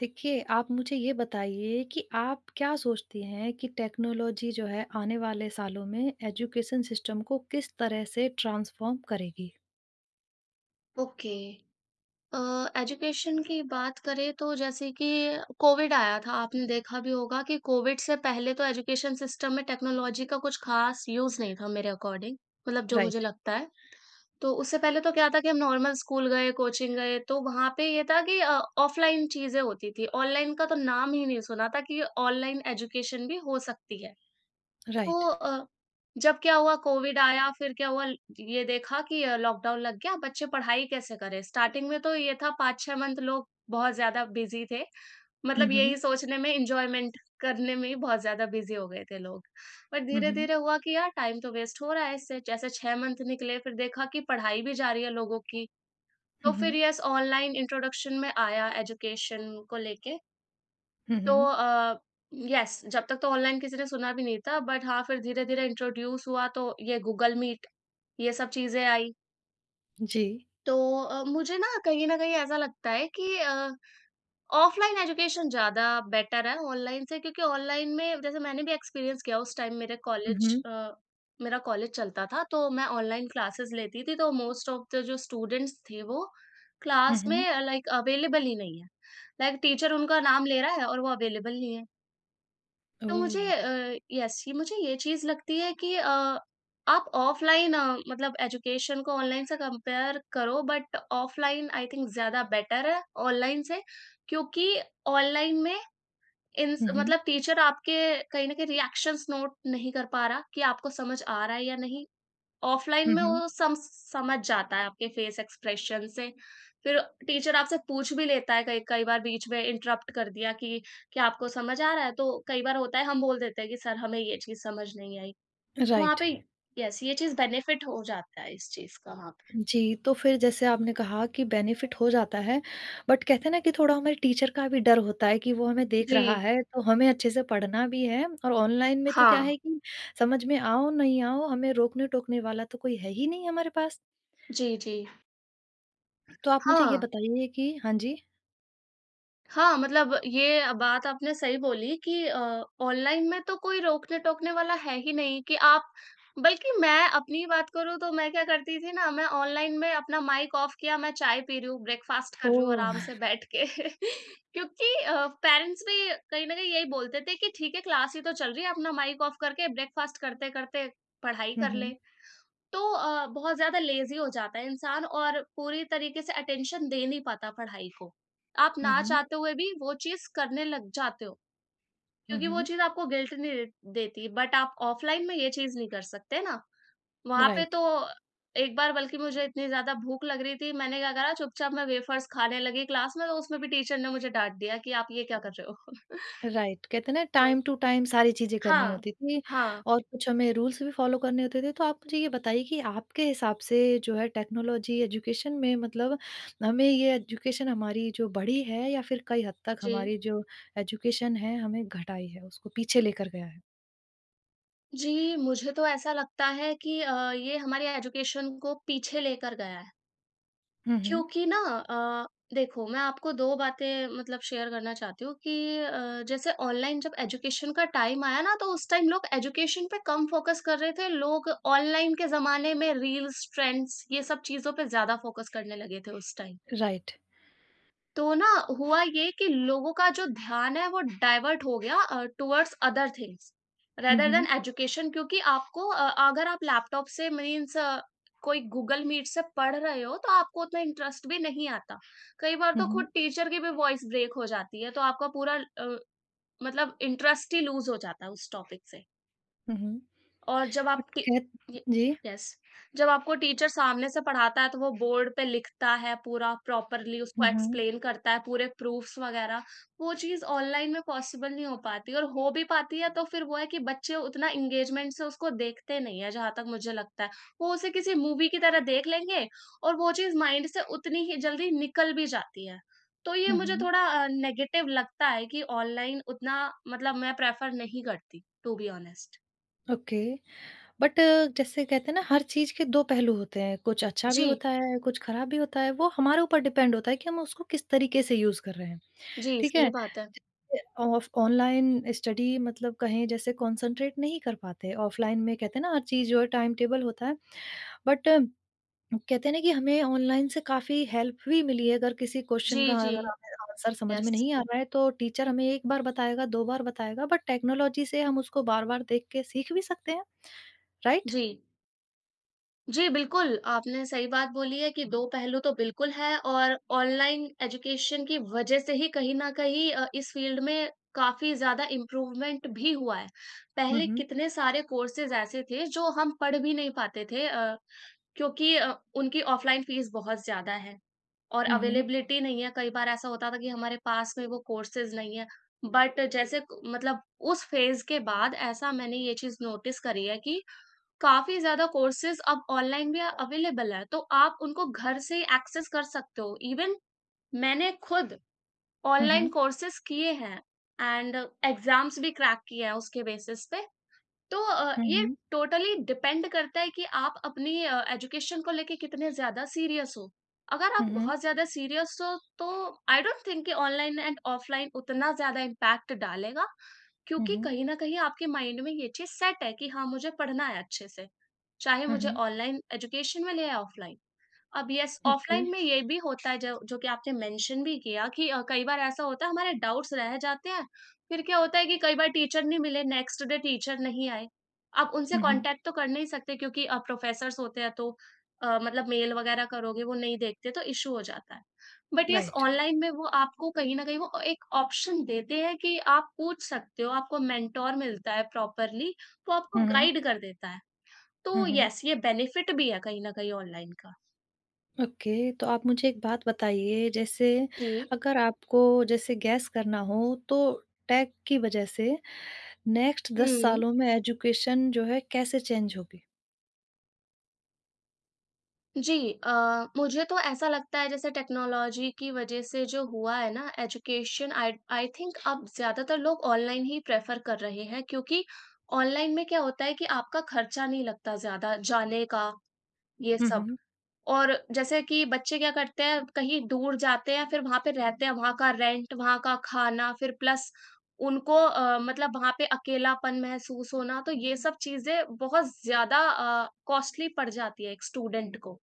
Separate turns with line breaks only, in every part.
देखिए, आप मुझे ये बताइए कि आप क्या सोचती हैं कि टेक्नोलॉजी जो है आने वाले सालों में एजुकेशन सिस्टम को किस तरह से ट्रांसफ़ॉर्म करेगी?
ओके। अ, एजुकेशन की बात करें तो जैसे कि कोविड आया था, आपने देखा भी होगा कि कोविड से पहले तो एजुकेशन सिस्टम में टेक्नोलॉजी का कुछ ख़ास यूज़ नहीं था मेरे अकॉर्डिंग, मतलब जो मुझे
राइट,
लगता है। तो उससे पहले तो क्या था कि हम नॉर्मल स्कूल गए, कोचिंग गए, तो वहाँ पे ये था कि ऑफ़लाइन चीज़ें होती थी। ऑनलाइन का तो नाम ही नहीं सुना था कि ऑनलाइन एजुकेशन भी हो सकती है।
राइट।
तो जब क्या हुआ कोविड आया फिर क्या हुआ ल ये देखा कि लॉकडाउन लग गया बच्चे पढ़ाई कैसे करें? स्टार्टिंग में तो ये था 5-6 मंथ लोग बहुत ज़्यादा बिज़ी थे।
हुँ,
मतलब
हुँ।
यही सोचने में एन्जॉयमेंट करने में ही बहुत ज़्यादा बिज़ी हो गए थे लोग। बट
हुँ, हुँ।
धीरे-धीरे हुआ कि यार टाइम तो वेस्ट हो रहा है इससे। जैसे 6 मंथ निकले फिर देखा कि पढ़ाई भी जा रही है लोगों की। तो
हुँ,
फिर
हुँ।
यस ऑनलाइन इंट्रोडक्शन में आया एजुकेशन को लेके।
हुँ,
तो
हुँ।
यस जब तक तो ऑनलाइन किसी ने सुना भी नहीं था बट हाँ फिर धीरे-धीरे इंट्रोड्यूस हुआ तो ये गूगल मीट ये सब चीज़ें आई।
जी।
तो मुझे ना कहीं न कहीं ऐसा लगता है कि ऑफलाइन एजुकेशन ज़्यादा बेटर है ऑनलाइन से क्योंकि ऑनलाइन में जैसे मैंने भी एक्सपीरियंस किया उस टाइम मेरे
हुँ,
कॉलेज
हुँ।
मेरा कॉलेज चलता था तो मैं ऑनलाइन क्लासेस लेती थी तो मोस्ट ऑफ द जो स्टूडेंट्स थे वो
हुँ,
क्लास में
हुँ।
लाइक अवेलेबल ही नहीं है। लाइक टीचर उनका नाम ले रहा है और वो अवेलेबल नहीं है। तो मुझे
ओह!
यस ये मुझे ये चीज़ लगती है कि आप ऑफ़लाइन मतलब एजुकेशन को ऑनलाइन से कंपेयर करो बट ऑफ़लाइन आई थिंक ज़्यादा बेटर है ऑनलाइन से क्योंकि ऑनलाइन में इन
हुँ, हुँ।
मतलब टीचर आपके कहीं न कहीं रिएक्शंस नोट नहीं कर पा रहा कि आपको समझ आ रहा है या नहीं। ऑफलाइन
हुँ,
में
हुँ।
वो सम समझ जाता है आपके फेस एक्सप्रेशन से। फिर टीचर आपसे पूछ भी लेता है कई कई बार बीच में इंटरप्ट कर दिया कि, "क्या आपको समझ आ रहा है?" तो कई बार होता है हम बोल देते हैं कि सर हमें ये चीज़ समझ नहीं आई। वहाँ
राइट।
पे यस, ये चीज़ बेनिफिट हो जाता है इस चीज़ का वहाँ पे।
जी, तो फिर जैसे आपने कहा कि बेनिफिट हो जाता है, बट कहते हैं ना कि थोड़ा हमारे टीचर का भी डर होता है कि वो हमें देख
जी।
रहा है, तो हमें अच्छे से पढ़ना भी है और ऑनलाइन में तो क्या
हाँ।
है कि समझ में आओ, नहीं आओ, हमें रोकने-टोकने वाला तो कोई है ही नहीं हमारे पास।
जी, जी।
तो आप मुझे ये
हाँ।
बताइए कि हाँ जी।
हाँ, मतलब ये बात आपने सही बोली कि ऑनलाइन में तो कोई रोकने-टोकने वाला है ही नहीं कि आप बल्कि मैं अपनी बात करूँ तो मैं क्या करती थी ना, मैं ऑनलाइन में अपना माइक ऑफ किया, मैं चाय पी रही हूँ, ब्रेकफ़ास्ट कर रही हूँ आराम
ओह!
से बैठ के। क्योंकि पेरेंट्स भी कहीं न कहीं यही बोलते थे कि ठीक है क्लास ही तो चल रही है, अपना माइक ऑफ करके ब्रेकफ़ास्ट करते-करते पढ़ाई
हुँ,
कर ले।
हुँ।
तो बहुत ज़्यादा लेज़ी हो जाता है इंसान और पूरी तरीके से अटेंशन दे नहीं पाता पढ़ाई को। आप
हुँ,
ना
हुँ।
चाहते हुए भी वो चीज़ करने लग जाते हो,
हुँ,
क्योंकि वो
हुँ।
चीज़ आपको गिल्ट नहीं दे देती। बट आप ऑफ़लाइन में ये चीज़ नहीं कर सकते ना। वहाँ पे
राइट।
तो एक बार बल्कि मुझे इतनी ज़्यादा भूख लग रही थी, मैंने क्या करा चुपचाप मैं वेफ़र्स खाने लगी क्लास में, तो उसमें भी टीचर ने मुझे डाँट दिया कि आप ये क्या कर रहे हो?
राइट, कहते हैं ना
तो
टाइम टू टाइम सारी चीज़ें करनी
हाँ।
होती थी
हाँ,
और कुछ हमें रूल्स भी फ़ॉलो करने होते थे। तो आप मुझे ये बताइए कि आपके हिसाब से जो है टेक्नोलॉजी एजुकेशन में मतलब हमें ये एजुकेशन हमारी जो बढ़ी है या फिर कई हद तक
जी।
हमारी जो एजुकेशन है हमें घटाई है, उसको पीछे लेकर गया है?
जी, मुझे तो ऐसा लगता है कि ये हमारे एजुकेशन को पीछे लेकर गया है।
हुँ, हुँ।
क्योंकि ना अ, देखो मैं आपको 2 बातें मतलब शेयर करना चाहती हूँ कि जैसे ऑनलाइन जब एजुकेशन का टाइम आया ना, तो उस टाइम लोग एजुकेशन पे कम फ़ोकस कर रहे थे। लोग ऑनलाइन के ज़माने में रील्स, ट्रेंड्स ये सब चीज़ों पे ज़्यादा फ़ोकस करने लगे थे उस टाइम।
राइट।
तो ना हुआ ये कि लोगों का जो ध्यान है वो डाइवर्ट हो गया towards other things
hmm,
rather than
hmm.
Education क्योंकि आपको अगर आप लैपटॉप से मीन्स कोई गूगल मीट से पढ़ रहे हो तो आपको उतना इंटरेस्ट भी नहीं आता। कई बार
हुँ,
तो खुद
हुँ।
टीचर की भी वॉइस ब्रेक हो जाती है तो आपका पूरा मतलब इंटरेस्ट ही लूज हो जाता है उस टॉपिक से।
हुँ, हुँ।
और जब आप
बट
टी
कह
ये
जी।
यस, जब आपको टीचर सामने से पढ़ाता है, तो वो बोर्ड पे लिखता है पूरा प्रॉपरली, उसको
हुँ, हुँ।
एक्सप्लेन करता है, पूरे प्रूफ्स वगैरह, वो चीज़ ऑनलाइन में पॉसिबल नहीं हो पाती और हो भी पाती है, तो फिर वो है कि बच्चे उतना एंगेजमेंट से उसको देखते नहीं है, जहाँ तक मुझे लगता है। वो उसे किसी मूवी की तरह देख लेंगे और वो चीज़ माइंड से उतनी ही जल्दी निकल भी जाती है। तो ये
हुँ,
मुझे
हुँ।
थोड़ा नेगेटिव लगता है कि ऑनलाइन उतना मतलब मैं प्रेफ़र नहीं करती, to be honest.
Okay. But जैसे कहते हैं ना हर चीज के दो पहलू होते हैं कुछ अच्छा भी
जी।
होता है कुछ खराब भी होता है वो हमारे ऊपर डिपेंड होता है कि हम उसको किस तरीके से यूज कर रहे हैं
जी,
ठीक
सही
है
बात है।
ऑनलाइन स्टडी मतलब कहें जैसे कंसंट्रेट नहीं कर पाते ऑफलाइन में कहते हैं ना हर चीज जो है टाइम टेबल होता है बट कहते हैं ना कि हमें ऑनलाइन से काफी हेल्प भी मिली है अगर किसी
जी,
क्वेश्चन का
जी।
अगर आंसर समझ में
यस।
नहीं आ रहा है तो टीचर हमें एक बार बताएगा दो बार बताएगा बट टेक्नोलॉजी से हम उसको बार बार देख के सीख भी सकते हैं राइट।
जी। जी, बिल्कुल, आपने सही बात बोली है कि 2 पहलू तो बिल्कुल है और ऑनलाइन एजुकेशन की वजह से ही कहीं न कहीं इस फ़ील्ड में काफ़ी ज़्यादा इम्प्रूवमेंट भी हुआ है। पहले
हम्म।
कितने सारे कोर्सेज़ ऐसे थे जो हम पढ़ भी नहीं पाते थे क्योंकि उनकी ऑफ़लाइन फ़ीस बहुत ज़्यादा है। और
Mhm.
अवेलेबिलिटी नहीं है, कई बार ऐसा होता था कि हमारे पास में वो कोर्सेज़ नहीं है। बट जैसे क मतलब उस फ़ेज़ के बाद ऐसा मैंने ये चीज़ नोटिस करी है कि काफ़ी ज़्यादा कोर्सेज़ अब ऑनलाइन भी अवेलेबल है, तो आप उनको घर से एक्सेस कर सकते हो। इवन मैंने खुद ऑनलाइन
Mhm.
कोर्सेज़ किए हैं एंड एग्ज़ाम्स भी क्रैक किए हैं उसके बेसिस पे। तो ये
Mhm.
टोटली डिपेंड करता है कि आप अपनी एजुकेशन को लेके कितने ज्यादा सीरियस हो। अगर आप
Mhm.
बहुत ज्यादा सीरियस हो तो आई डोंट थिंक कि ऑनलाइन एंड ऑफलाइन उतना ज्यादा इम्पैक्ट डालेगा क्योंकि
Mhm.
कहीं ना कहीं आपके माइंड में ये चीज सेट है कि हाँ मुझे पढ़ना है अच्छे से, चाहे मुझे
Mhm.
ऑनलाइन एजुकेशन मिले या ऑफलाइन। अब यस
ओके।
ऑफलाइन में ये भी होता है जो जो कि आपने मेंशन भी किया कि कई बार ऐसा होता है हमारे डाउट्स रह जाते हैं। फिर क्या होता है कि कई बार टीचर नहीं मिले नेक्स्ट डे टीचर नहीं आए, आप उनसे
हुँ,
कांटेक्ट तो कर नहीं सकते क्योंकि प्रोफेसर्स होते हैं तो मतलब मेल वगैरह करोगे वो नहीं देखते तो इशू हो जाता है। But yes
right.
ऑनलाइन में वो आपको कहीं ना कहीं वो एक ऑप्शन देते हैं कि आप पूछ सकते हो, आपको मेंटोर मिलता है प्रॉपरली, वो आपको
हुँ,
गाइड कर देता है। तो
हुँ,
यस ये बेनिफिट भी है कहीं ना कहीं ऑनलाइन का।
ओके, तो आप मुझे एक बात बताइए जैसे
जी।
अगर आपको जैसे गैस करना हो तो टेक की वज़ह से नेक्स्ट 10
हुँ।
सालों में एजुकेशन जो है कैसे चेंज होगी?
जी, मुझे तो ऐसा लगता है जैसे टेक्नोलॉजी की वजह से जो हुआ है ना एजुकेशन आई आई थिंक अब ज़्यादातर लोग ऑनलाइन ही प्रेफ़र कर रहे हैं क्योंकि ऑनलाइन में क्या होता है कि आपका खर्चा नहीं लगता ज़्यादा जाने का, ये
हुँ,
सब।
हुँ।
और जैसे कि बच्चे क्या करते हैं, कहीं दूर जाते हैं, फिर वहाँ पे रहते हैं, वहाँ का रेंट, वहाँ का खाना, फिर प्लस उनको मतलब वहाँ पे अकेलापन महसूस होना, तो ये सब चीज़ें बहुत ज़्यादा कॉस्टली पड़ जाती है एक स्टूडेंट को।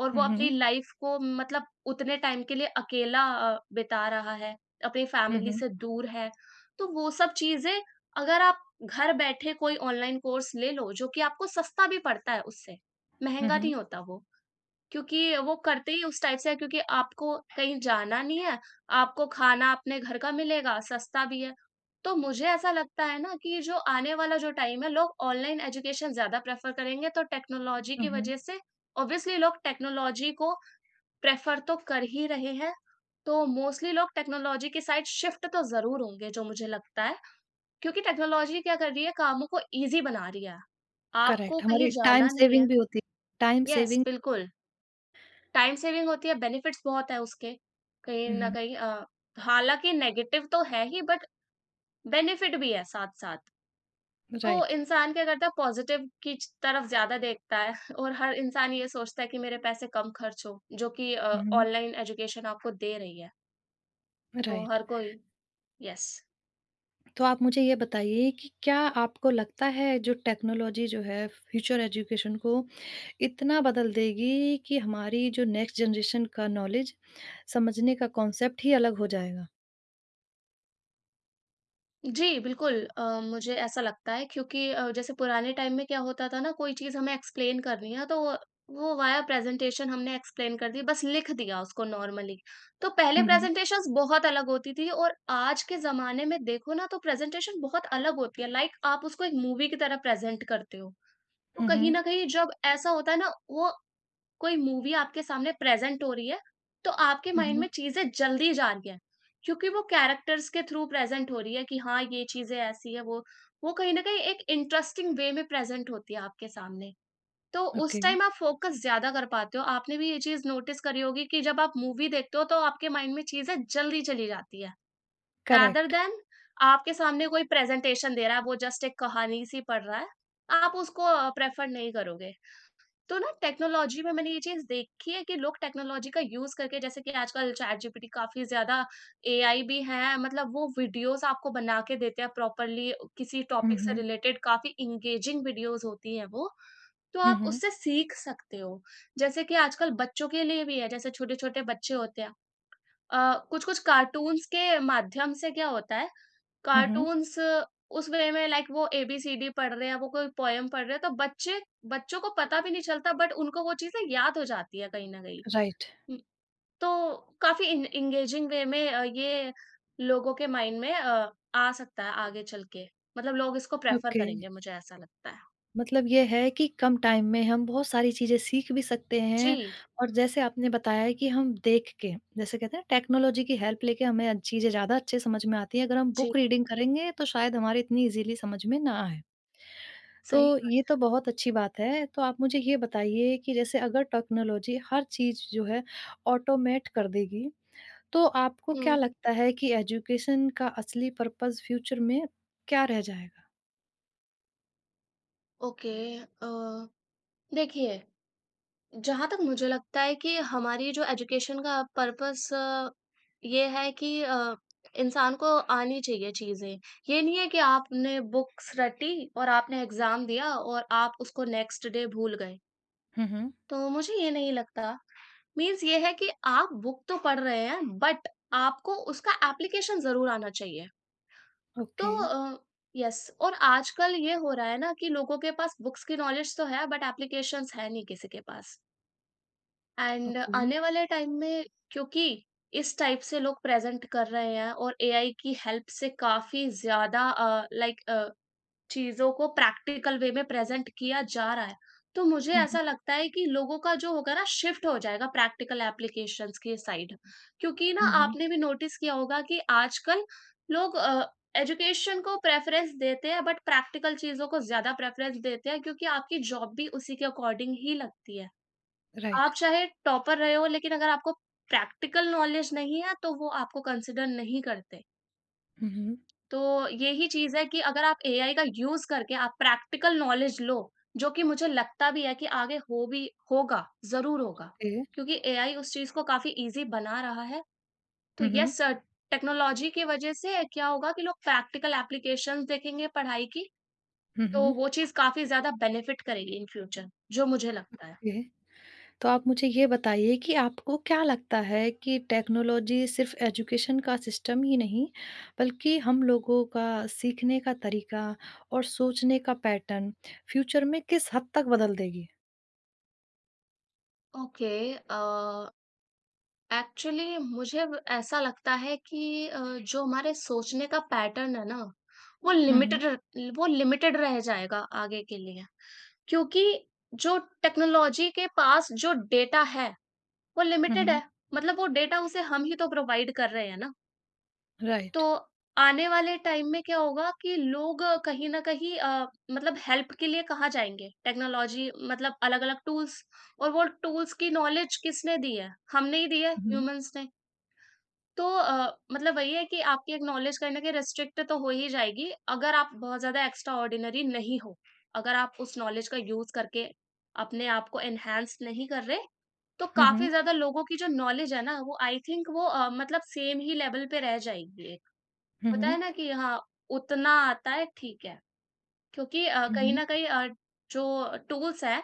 और
हुँ,
वो अपनी
हुँ।
लाइफ को मतलब उतने टाइम के लिए अकेला बिता रहा है, अपनी
हुँ,
फैमिली
हुँ।
से दूर है। तो वो सब चीज़ें अगर आप घर बैठे कोई ऑनलाइन कोर्स ले लो, जो कि आपको सस्ता भी पड़ता है उससे,
हुँ,
महँगा नहीं
हुँ।
होता वो। क्योंकि वो करते ही उस टाइप से हैं क्योंकि आपको कहीं जाना नहीं है, आपको खाना अपने घर का मिलेगा, सस्ता भी है। तो मुझे ऐसा लगता है ना कि जो आने वाला जो टाइम है लोग ऑनलाइन एजुकेशन ज़्यादा प्रेफ़र करेंगे तो टेक्नोलॉजी
हुँ,
की
हुँ।
वज़ह से ऑब्वियसली लोग टेक्नोलॉजी को प्रेफ़र तो कर ही रहे हैं। तो मोस्टली लोग टेक्नोलॉजी की साइड शिफ्ट तो ज़रूर होंगे जो मुझे लगता है, क्योंकि टेक्नोलॉजी क्या कर रही है कामों को ईज़ी बना रही है। आपको
करेक्ट
कहीं
हमारी टाइम
जाना नहीं है।
सेविंग भी होती है। Time
yes,
saving.
बिल्कुल। टाइम सेविंग होती है, बेनिफिट्स बहुत है उसके, कहीं न
हुँ,
कहीं हालाँकि नेगेटिव तो है ही बट बेनिफिट भी है साथ-साथ। तो
राइट।
इंसान क्या करता है पॉज़िटिव की च तरफ ज़्यादा देखता है और हर इंसान ये सोचता है कि मेरे पैसे कम खर्च हो, जो कि
हुँ,
ऑनलाइन एजुकेशन आपको दे रही है। तो
राइट।
हर कोई यस।
तो आप मुझे ये बताइए कि क्या आपको लगता है जो टेक्नोलॉजी जो है फ्यूचर एजुकेशन को इतना बदल देगी कि हमारी जो नेक्स्ट जनरेशन का नॉलेज समझने का कॉन्सेप्ट ही अलग हो जाएगा?
जी, बिल्कुल मुझे ऐसा लगता है क्योंकि जैसे पुराने टाइम में क्या होता था ना कोई चीज़ हमें एक्सप्लेन करनी है तो वो वाया प्रेज़ेंटेशन हमने एक्सप्लेन कर दी, बस लिख दिया उसको नॉर्मली। तो पहले
हुँ, हुँ।
प्रेज़ेंटेशंस बहुत अलग होती थी और आज के ज़माने में देखो ना तो प्रेज़ेंटेशन बहुत अलग होती है, लाइक आप उसको एक मूवी की तरह प्रेज़ेंट करते हो। तो
हुँ,
कहीं
हुँ।
न कहीं जब ऐसा होता है ना वो कोई मूवी आपके सामने प्रेज़ेंट हो रही है, तो आपके
हुँ,
माइंड में
हुँ।
चीज़ें जल्दी जा रही हैं, क्योंकि वो कैरेक्टर्स के थ्रू प्रेज़ेंट हो रही है कि हाँ, ये चीज़ें ऐसी हैं, वो कहीं न कहीं एक इंटरेस्टिंग वे में प्रेज़ेंट होती है आपके सामने। तो उस
ओके,
टाइम आप फ़ोकस ज़्यादा कर पाते हो। आपने भी ये चीज़ नोटिस करी होगी कि जब आप मूवी देखते हो, तो आपके माइंड में चीज़ें जल्दी चली जाती है, रादर
करेक्ट।
दैन आपके सामने कोई प्रेज़ेंटेशन दे रहा है, वो जस्ट एक कहानी सी पढ़ रहा है, आप उसको प्रेफ़र नहीं करोगे। तो ना टेक्नोलॉजी में मैंने ये चीज़ देखी है कि लोग टेक्नोलॉजी का यूज़ करके जैसे कि आजकल चैट जीपीटी काफ़ी ज़्यादा एआई भी है, मतलब वो वीडियोस आपको बना के देते हैं प्रॉपर्ली, किसी
हुँ,
टॉपिक से
हुँ।
रिलेटेड काफ़ी एंगेजिंग वीडियोस होती हैं वो, तो
हुँ,
आप
हुँ।
उससे सीख सकते हो। जैसे कि आजकल बच्चों के लिए भी है, जैसे छोटे-छोटे बच्चे होते हैं, अ, कुछ-कुछ कार्टून्स के माध्यम से क्या होता है,
हुँ, हुँ।
कार्टून्स उस वे में, लाइक वो एबीसीडी पढ़ रहे हैं, वो कोई पोएम पढ़ रहे हैं, तो बच्चे बच्चों को पता भी नहीं चलता बट उनको वो चीज़ें याद हो जाती है कहीं न कहीं।
राइट,
हुँ, तो काफ़ी एन एंगेजिंग वे में ये लोगों के माइंड में आ सकता है आगे चल के। मतलब लोग इसको प्रेफ़र
ओके।
करेंगे, मुझे ऐसा लगता है।
मतलब ये है कि कम टाइम में हम बहुत सारी चीज़ें सीख भी सकते हैं
जी,
और जैसे आपने बताया कि हम देख के जैसे कहते हैं टेक्नोलॉजी की हेल्प लेके हमें अच्छी चीज़ें ज़्यादा अच्छे समझ में आती है अगर हम
जी,
बुक रीडिंग करेंगे तो शायद हमारे इतनी इजीली समझ में ना आए तो
सही बात।
ये तो बहुत अच्छी बात है तो आप मुझे ये बताइए कि जैसे अगर टेक्नोलॉजी हर चीज़ जो है ऑटोमेट कर देगी तो आपको क्या
हुँ,
लगता है कि एजुकेशन का असली पर्पस फ्यूचर में क्या रह जाएगा।
ओके, अ, देखिए, जहाँ तक मुझे लगता है कि हमारी जो एजुकेशन का पर्पस, ये है कि इंसान को आनी चाहिए चीज़ें। ये नहीं है कि आपने बुक्स रटी और आपने एग्ज़ाम दिया और आप उसको नेक्स्ट डे भूल गए।
हम्म, हम्म।
तो मुझे ये नहीं लगता। मीन्स ये है कि आप बुक तो पढ़ रहे हैं बट आपको उसका एप्लीकेशन ज़रूर आना चाहिए। तो
ओके।
यस, और आजकल ये हो रहा है ना कि लोगों के पास बुक्स की नॉलेज तो है बट एप्लीकेशंस है नहीं किसी के पास। And
okay.
आने वाले टाइम में, क्योंकि इस टाइप से लोग प्रेज़ेंट कर रहे हैं और एआई की हेल्प से काफ़ी ज़्यादा चीज़ों को प्रैक्टिकल वे में प्रेज़ेंट किया जा रहा है। तो मुझे
हम्म,
ऐसा लगता है कि लोगों का जो होगा ना शिफ्ट हो जाएगा प्रैक्टिकल एप्लीकेशंस की साइड। क्योंकि ना
हम्म।
आपने भी नोटिस किया होगा कि आजकल लोग एजुकेशन को प्रेफ़रेंस देते हैं बट प्रैक्टिकल चीज़ों को ज़्यादा प्रेफ़रेंस देते हैं, क्योंकि आपकी जॉब भी उसी के अकॉर्डिंग ही लगती है।
राइट।
आप चाहे टॉपर रहे हो लेकिन अगर आपको प्रैक्टिकल नॉलेज नहीं है तो वो आपको कंसिडर नहीं करते।
हुँ, हुँ।
तो यही चीज़ है कि अगर आप एआई का यूज़ करके आप प्रैक्टिकल नॉलेज लो, जो कि मुझे लगता भी है कि आगे हो भी होगा, ज़रूर होगा।
ओके।
क्योंकि एआई उस चीज़ को काफ़ी ईज़ी बना रहा है। तो
हुँ, हुँ।
येस सर, टेक्नोलॉजी की वज़ह से क्या होगा कि लोग प्रैक्टिकल एप्लीकेशंस देखेंगे पढ़ाई की,
हुँ,
तो
हुँ।
वो चीज़ काफ़ी ज़्यादा बेनिफिट करेगी इन फ्यूचर, जो मुझे लगता है।
ओके। तो आप मुझे ये बताइए कि आपको क्या लगता है कि टेक्नोलॉजी सिर्फ़ एजुकेशन का सिस्टम ही नहीं, बल्कि हम लोगों का सीखने का तरीका और सोचने का पैटर्न फ्यूचर में किस हद तक बदल देगी?
ओके, अ, एक्चुअली मुझे व ऐसा लगता है कि जो हमारे सोचने का पैटर्न है ना, वो
हुँ, हुँ।
लिमिटेड र वो लिमिटेड रह जाएगा आगे के लिए। क्योंकि जो टेक्नोलॉजी के पास जो डेटा है, वो
हुँ,
लिमिटेड
हुँ।
है। मतलब वो डेटा उसे हम ही तो प्रोवाइड कर रहे हैं ना। तो
राइट।
आने वाले टाइम में क्या होगा कि लोग अ, कहीं न कहीं अ, मतलब हेल्प के लिए कहाँ जाएँगे? टेक्नोलॉजी मतलब अलग-अलग टूल्स, और वो टूल्स की नॉलेज किसने दी है? हमने ही दी है,
हुँ, हुँ।
ह्यूमन्स ने। तो मतलब वही है कि आपकी एक्नॉलेज कहीं न कहीं रिस्ट्रिक्ट तो हो ही जाएगी, अगर आप बहुत ज़्यादा एक्स्ट्रा ऑर्डिनरी नहीं हो। अगर आप उस नॉलेज का यूज़ करके अपने आप को एनहांस नहीं कर रहे, तो
हुँ,
काफ़ी
हुँ।
ज़्यादा लोगों की जो नॉलेज है ना, वो आई थिंक वो मतलब सेम ही लेवल पे रह जाएगी। एक
हुँ,
होता
हुँ।
है ना कि हाँ, उतना आता है, ठीक है। क्योंकि अ,
हुँ,
कहीं
हुँ।
न कहीं अ, जो टूल्स हैं,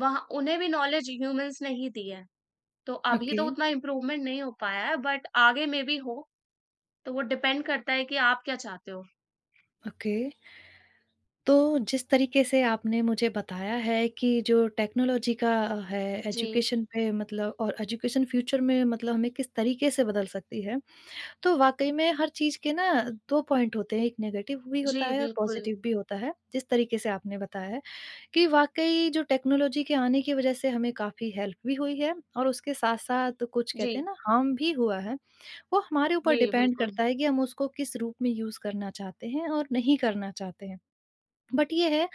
वहाँ उन्हें भी नॉलेज ह्यूमन्स ने ही दी है। तो अभी
ओके,
तो उतना इम्प्रूवमेंट नहीं हो पाया है, बट आगे मे बी हो। तो वो डिपेंड करता है कि आप क्या चाहते हो।
ओके। तो जिस तरीके से आपने मुझे बताया है कि जो टेक्नोलॉजी का है
जी,
एजुकेशन पे मतलब और एजुकेशन फ्यूचर में मतलब हमें किस तरीके से बदल सकती है तो वाकई में हर चीज़ के ना 2 पॉइंट होते हैं एक नेगेटिव भी होता
जी,
है और
बिल्कुल।
पॉजिटिव भी होता है जिस तरीके से आपने बताया है कि वाकई जो टेक्नोलॉजी के आने की वजह से हमें काफ़ी हेल्प भी हुई है और उसके साथ-साथ कुछ कहते
जी,
हैं ना हार्म भी हुआ है। वो हमारे ऊपर
जी,
डिपेंड
बिल्कुल।
करता है कि हम उसको किस रूप में यूज़ करना चाहते हैं और नहीं करना चाहते हैं। बट ये है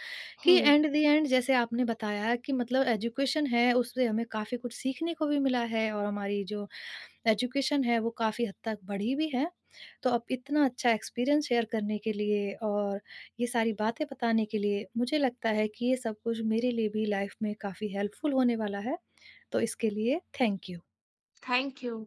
कि
हुँ,
एंड द एंड जैसे आपने बताया कि मतलब एजुकेशन है उससे हमें काफ़ी कुछ सीखने को भी मिला है और हमारी जो एजुकेशन है वो काफ़ी हद तक बढ़ी भी है। तो अब इतना अच्छा एक्सपीरियंस शेयर करने के लिए और ये सारी बातें बताने के लिए मुझे लगता है कि ये सब कुछ मेरे लिए भी लाइफ में काफ़ी हेल्पफुल होने वाला है। तो इसके लिए थैंक यू।
Thank you.